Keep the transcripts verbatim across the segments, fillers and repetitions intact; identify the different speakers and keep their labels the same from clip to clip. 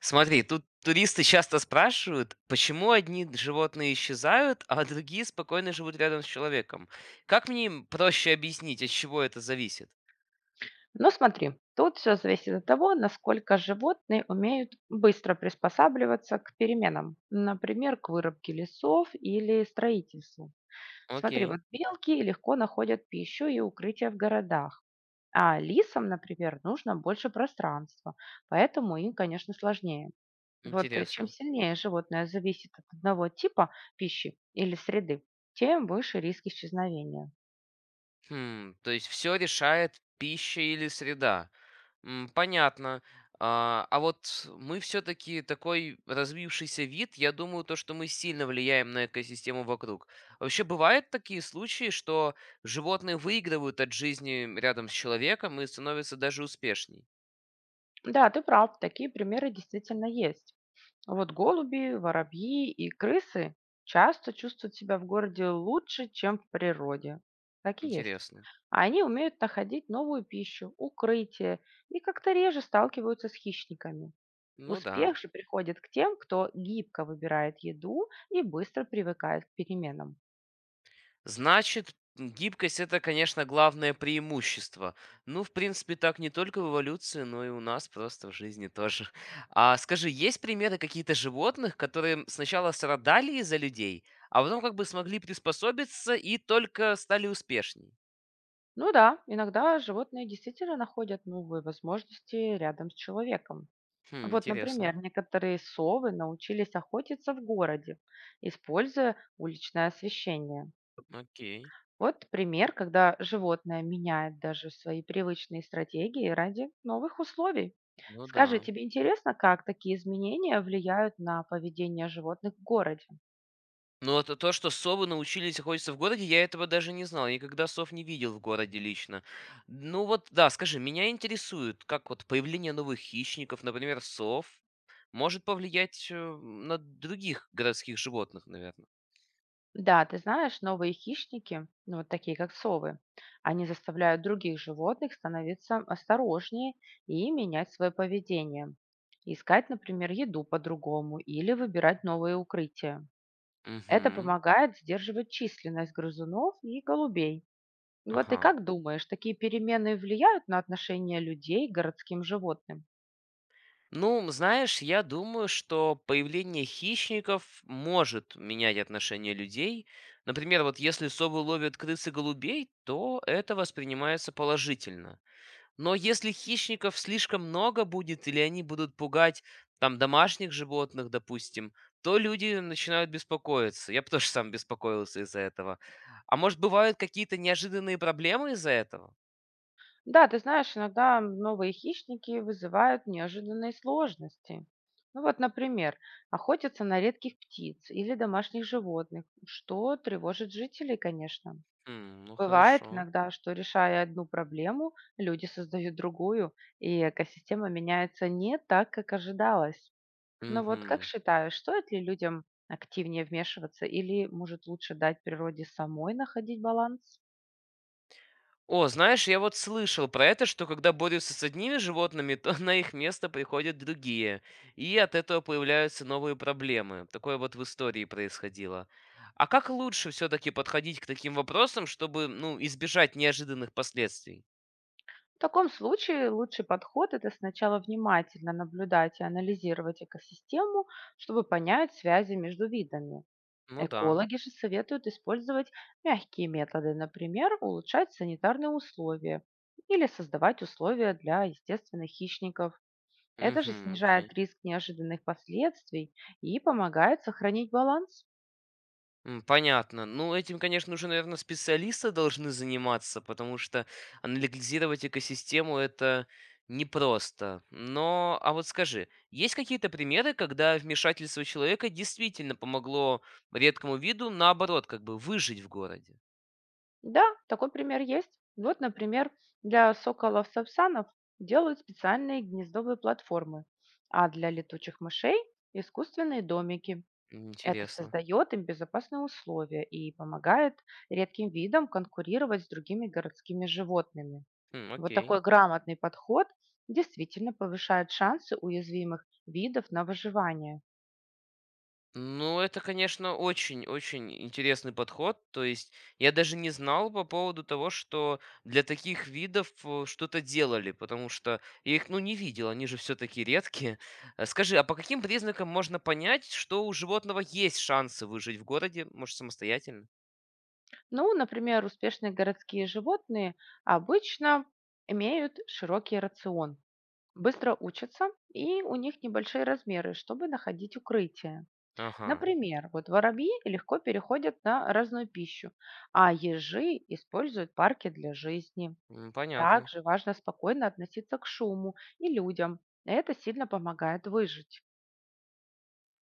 Speaker 1: Смотри, тут туристы часто спрашивают, почему одни животные исчезают, а другие спокойно живут рядом с человеком. Как мне им проще объяснить, от чего это зависит?
Speaker 2: Но смотри, тут все зависит от того, насколько животные умеют быстро приспосабливаться к переменам, например, к вырубке лесов или строительству. Смотри,
Speaker 1: Окей,
Speaker 2: вот белки легко находят пищу и укрытие в городах, а лисам, например, нужно больше пространства, поэтому им, конечно, сложнее. Вот э, чем
Speaker 1: интересно.
Speaker 2: сильнее животное зависит от одного типа пищи или среды, тем выше риск исчезновения.
Speaker 1: Хм, то есть все решает пища или среда. М, понятно. А, а вот мы все-таки такой развившийся вид, я думаю, то, что мы сильно влияем на экосистему вокруг. Вообще бывают такие случаи, что животные выигрывают от жизни рядом с человеком и становятся даже успешней.
Speaker 2: Да, ты прав, такие примеры действительно есть. Вот голуби, воробьи и крысы часто чувствуют себя в городе лучше, чем в природе. Так и есть.
Speaker 1: Интересно.
Speaker 2: А они умеют находить новую пищу, укрытие и как-то реже сталкиваются с хищниками.
Speaker 1: Ну да.
Speaker 2: Успех же приходит к тем, кто гибко выбирает еду и быстро привыкает к переменам.
Speaker 1: Значит, гибкость это, конечно, главное преимущество. Ну, в принципе, так не только в эволюции, но и у нас просто в жизни тоже. А скажи, есть примеры какие-то животных, которые сначала страдали из-за людей, а потом как бы смогли приспособиться и только стали успешней?
Speaker 2: Ну да, иногда животные действительно находят новые возможности рядом с человеком.
Speaker 1: Хм,
Speaker 2: Вот,
Speaker 1: интересно.
Speaker 2: например, некоторые совы научились охотиться в городе, используя уличное освещение.
Speaker 1: Окей.
Speaker 2: Вот пример, когда животное меняет даже свои привычные стратегии ради новых условий.
Speaker 1: Ну
Speaker 2: Скажи,
Speaker 1: да.
Speaker 2: тебе интересно, как такие изменения влияют на поведение животных в городе?
Speaker 1: Ну, вот то, что совы научились охотиться в городе, я этого даже не знал. Я никогда сов не видел в городе лично. Ну вот, да, скажи, меня интересует, как вот появление новых хищников, например, сов, может повлиять э, на других городских животных, наверное.
Speaker 2: Да, ты знаешь, новые хищники, ну, вот такие как совы, они заставляют других животных становиться осторожнее и менять свое поведение. Искать, например, еду по-другому или выбирать новые укрытия. Это
Speaker 1: Угу.
Speaker 2: помогает сдерживать численность грызунов и голубей. Вот ты
Speaker 1: Ага.
Speaker 2: как думаешь, такие перемены влияют на отношение людей к городским животным?
Speaker 1: Ну, знаешь, я думаю, что появление хищников может менять отношение людей. Например, вот если совы ловят крыс и голубей, то это воспринимается положительно. Но если хищников слишком много будет или они будут пугать там домашних животных, допустим, то люди начинают беспокоиться. Я бы тоже сам беспокоился из-за этого. А может, бывают какие-то неожиданные проблемы из-за этого?
Speaker 2: Да, ты знаешь, иногда новые хищники вызывают неожиданные сложности. Ну вот, например, охотятся на редких птиц или домашних животных, что тревожит жителей, конечно.
Speaker 1: М, ну
Speaker 2: Бывает
Speaker 1: хорошо.
Speaker 2: иногда, что решая одну проблему, люди создают другую, и экосистема меняется не так, как ожидалось. Но вот как
Speaker 1: Мгм.
Speaker 2: считаешь, стоит ли людям активнее вмешиваться или, может, лучше дать природе самой находить баланс?
Speaker 1: О, знаешь, я вот слышал про это, что когда борются с одними животными, то на их место приходят другие, и от этого появляются новые проблемы. Такое вот в истории происходило. А как лучше все-таки подходить к таким вопросам, чтобы, ну, избежать неожиданных последствий?
Speaker 2: В таком случае лучший подход– это сначала внимательно наблюдать и анализировать экосистему, чтобы понять связи между видами.
Speaker 1: Ну да.
Speaker 2: Экологи же советуют использовать мягкие методы, например, улучшать санитарные условия или создавать условия для естественных хищников. Это же
Speaker 1: Угу,
Speaker 2: снижает
Speaker 1: окей.
Speaker 2: риск неожиданных последствий и помогает сохранить баланс.
Speaker 1: М, понятно. Ну, этим, конечно, уже, наверное, специалисты должны заниматься, потому что анализировать экосистему это непросто. Но, а вот скажи, есть какие-то примеры, когда вмешательство человека действительно помогло редкому виду, наоборот, как бы выжить в городе?
Speaker 2: Да, такой пример есть. Вот, например, для соколов-сапсанов делают специальные гнездовые платформы, а для летучих мышей– искусственные домики. Это
Speaker 1: Интересно.
Speaker 2: создает им безопасные условия и помогает редким видам конкурировать с другими городскими животными.
Speaker 1: М,
Speaker 2: Вот такой
Speaker 1: окей.
Speaker 2: грамотный подход действительно повышает шансы уязвимых видов на выживание.
Speaker 1: Ну, это, конечно, очень-очень интересный подход. То есть я даже не знал по поводу того, что для таких видов э, что-то делали, потому что я их, ну, не видел, они же все-таки редкие. Э, скажи, а по каким признакам можно понять, что у животного есть шансы выжить в городе, может, самостоятельно?
Speaker 2: Ну, например, успешные городские животные обычно имеют широкий рацион, быстро учатся, и у них небольшие размеры, чтобы находить укрытие.
Speaker 1: Ага,
Speaker 2: Например, вот воробьи легко переходят на разную пищу, а ежи используют парки для жизни.
Speaker 1: м, понятно.
Speaker 2: Также важно спокойно относиться к шуму и людям. Это сильно помогает выжить.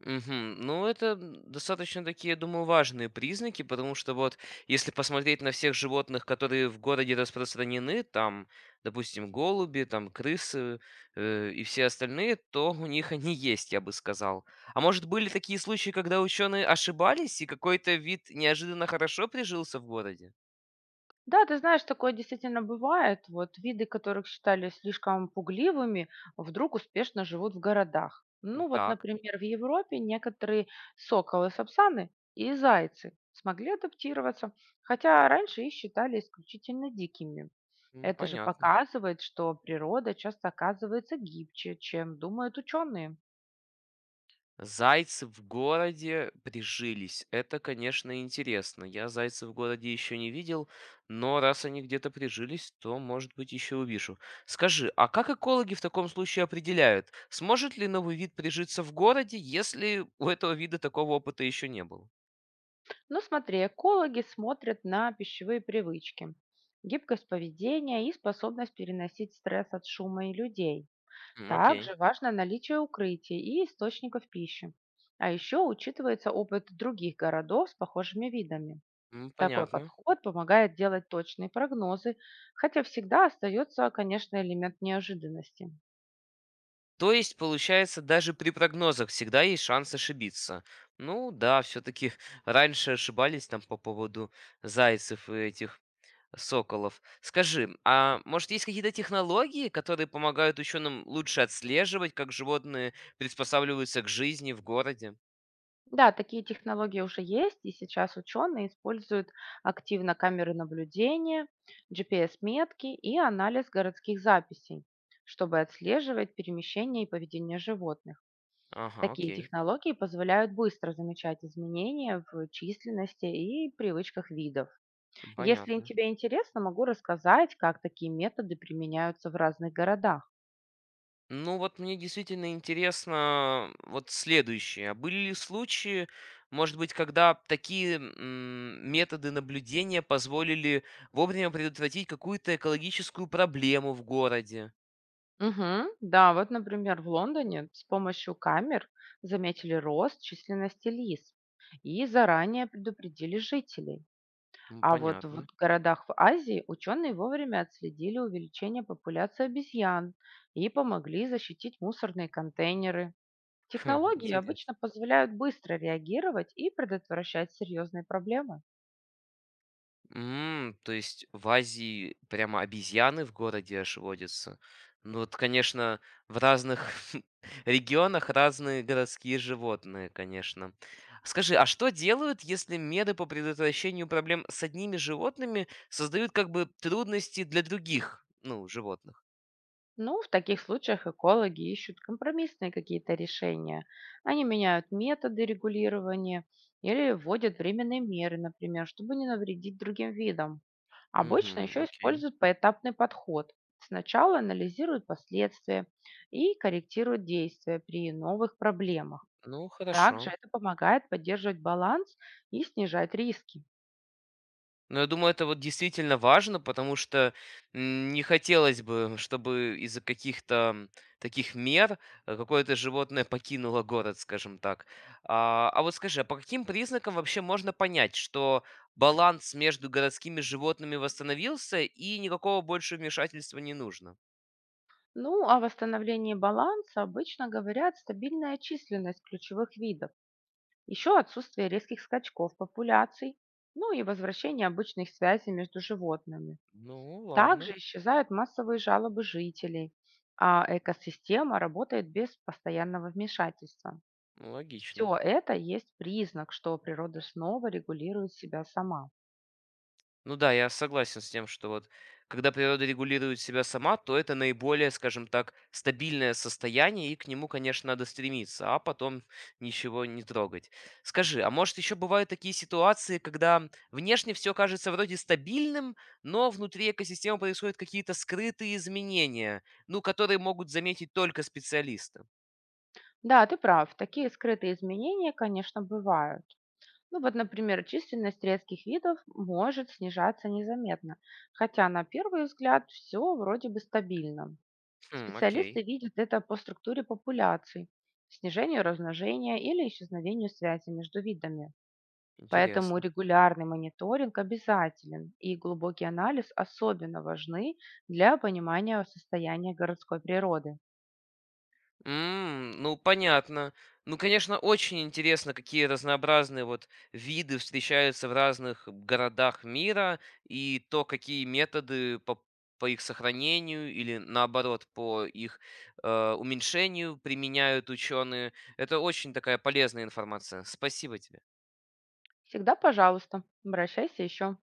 Speaker 1: Мгм. Ну, это м, достаточно такие, я думаю, важные признаки, потому что вот если посмотреть на всех животных, которые в городе распространены, там, допустим, голуби, там, крысы э, и все остальные, то у них они есть, я бы сказал. А может, были такие случаи, когда ученые ошибались, и какой-то вид неожиданно хорошо прижился в городе?
Speaker 2: Да, ты знаешь, такое действительно бывает. Вот виды, которых считали слишком пугливыми, вдруг успешно живут в городах.
Speaker 1: М,
Speaker 2: Ну вот,
Speaker 1: так.
Speaker 2: например, в Европе некоторые соколы, сапсаны и зайцы смогли адаптироваться, хотя раньше их считали исключительно дикими.
Speaker 1: М,
Speaker 2: Это же
Speaker 1: понятно.
Speaker 2: показывает, что природа часто оказывается гибче, чем думают ученые.
Speaker 1: Зайцы в городе прижились. Это, конечно, интересно. Я зайцев в городе еще не видел, но раз они где-то прижились, то, может быть, еще увижу. Скажи, а как экологи в таком случае определяют, сможет ли новый вид прижиться в городе, если у этого вида такого опыта еще не было?
Speaker 2: Ну смотри, экологи смотрят на пищевые привычки, гибкость поведения и способность переносить стресс от шума и людей.
Speaker 1: М, окей.
Speaker 2: Также важно наличие укрытий и источников пищи. А еще учитывается опыт других городов с похожими видами.
Speaker 1: М,
Speaker 2: Такой
Speaker 1: понятно.
Speaker 2: подход помогает делать точные прогнозы, хотя всегда остается, конечно, элемент неожиданности.
Speaker 1: То есть, получается, даже при прогнозах всегда есть шанс ошибиться. Ну да, все-таки раньше ошибались там по поводу зайцев и этих соколов. Скажи, а может есть какие-то технологии, которые помогают ученым лучше отслеживать, как животные приспосабливаются к жизни в городе?
Speaker 2: Да, такие технологии уже есть, и сейчас ученые используют активно камеры наблюдения, G P S-метки и анализ городских записей, чтобы отслеживать перемещение и поведение животных.
Speaker 1: Ага,
Speaker 2: Такие
Speaker 1: окей,
Speaker 2: технологии позволяют быстро замечать изменения в численности и привычках видов. Если
Speaker 1: понятно.
Speaker 2: тебе интересно, могу рассказать, как такие методы применяются в разных городах.
Speaker 1: Ну вот мне действительно интересно вот следующее. А были ли случаи, может быть, когда такие м, методы наблюдения позволили вовремя предотвратить какую-то экологическую проблему в городе?
Speaker 2: Мгм. Да, вот, например, в Лондоне с помощью камер заметили рост численности лис и заранее предупредили жителей.
Speaker 1: М,
Speaker 2: А вот в
Speaker 1: понятно.
Speaker 2: городах в Азии ученые вовремя отследили увеличение популяции обезьян и помогли защитить мусорные контейнеры.
Speaker 1: Ха,
Speaker 2: Технологии
Speaker 1: интересно.
Speaker 2: обычно позволяют быстро реагировать и предотвращать серьезные проблемы.
Speaker 1: М, то есть в Азии прямо обезьяны в городе аж водятся. Ну вот, конечно, в разных регионах разные городские животные, конечно. Скажи, а что делают, если меры по предотвращению проблем с одними животными создают как бы трудности для других, ну, животных?
Speaker 2: Ну, в таких случаях экологи ищут компромиссные какие-то решения. Они меняют методы регулирования или вводят временные меры, например, чтобы не навредить другим видам.
Speaker 1: Угу,
Speaker 2: Обычно еще
Speaker 1: окей.
Speaker 2: используют поэтапный подход. Сначала анализируют последствия и корректируют действия при новых проблемах.
Speaker 1: Ну,
Speaker 2: Также
Speaker 1: хорошо.
Speaker 2: это помогает поддерживать баланс и снижать риски.
Speaker 1: Но я думаю, это вот действительно важно, потому что м, не хотелось бы, чтобы из-за каких-то м, таких мер э, какое-то животное покинуло город, скажем так. А, а вот скажи, а по каким признакам вообще можно понять, что баланс между городскими животными восстановился и никакого больше вмешательства не нужно?
Speaker 2: Ну, о восстановлении баланса обычно говорят стабильная численность ключевых видов. Еще отсутствие резких скачков популяций, ну и возвращение обычных связей между животными.
Speaker 1: Ну,
Speaker 2: Также
Speaker 1: ладно,
Speaker 2: исчезают массовые жалобы жителей, а экосистема работает без постоянного вмешательства.
Speaker 1: логично.
Speaker 2: Все это есть признак, что природа снова регулирует себя сама.
Speaker 1: Ну да, я согласен с тем, что вот когда природа регулирует себя сама, то это наиболее, скажем так, стабильное состояние, и к нему, конечно, надо стремиться, а потом ничего не трогать. Скажи, а может еще бывают такие ситуации, когда внешне все кажется вроде стабильным, но внутри экосистемы происходят какие-то скрытые изменения, ну, которые могут заметить только специалисты?
Speaker 2: Да, ты прав, такие скрытые изменения, конечно, бывают. Ну вот, например, численность редких видов может снижаться незаметно, хотя на первый взгляд все вроде бы стабильно.
Speaker 1: Хм,
Speaker 2: Специалисты
Speaker 1: окей,
Speaker 2: видят это по структуре популяций, снижению размножения или исчезновению связи между видами. Поэтому
Speaker 1: интересно.
Speaker 2: регулярный мониторинг обязателен, и глубокий анализ особенно важны для понимания состояния городской природы.
Speaker 1: М, ну, понятно. Ну, конечно, очень интересно, какие разнообразные вот виды встречаются в разных городах мира и то, какие методы по, по их сохранению или наоборот по их э, уменьшению применяют ученые. Это очень такая полезная информация. Спасибо тебе.
Speaker 2: Всегда, пожалуйста, обращайся еще.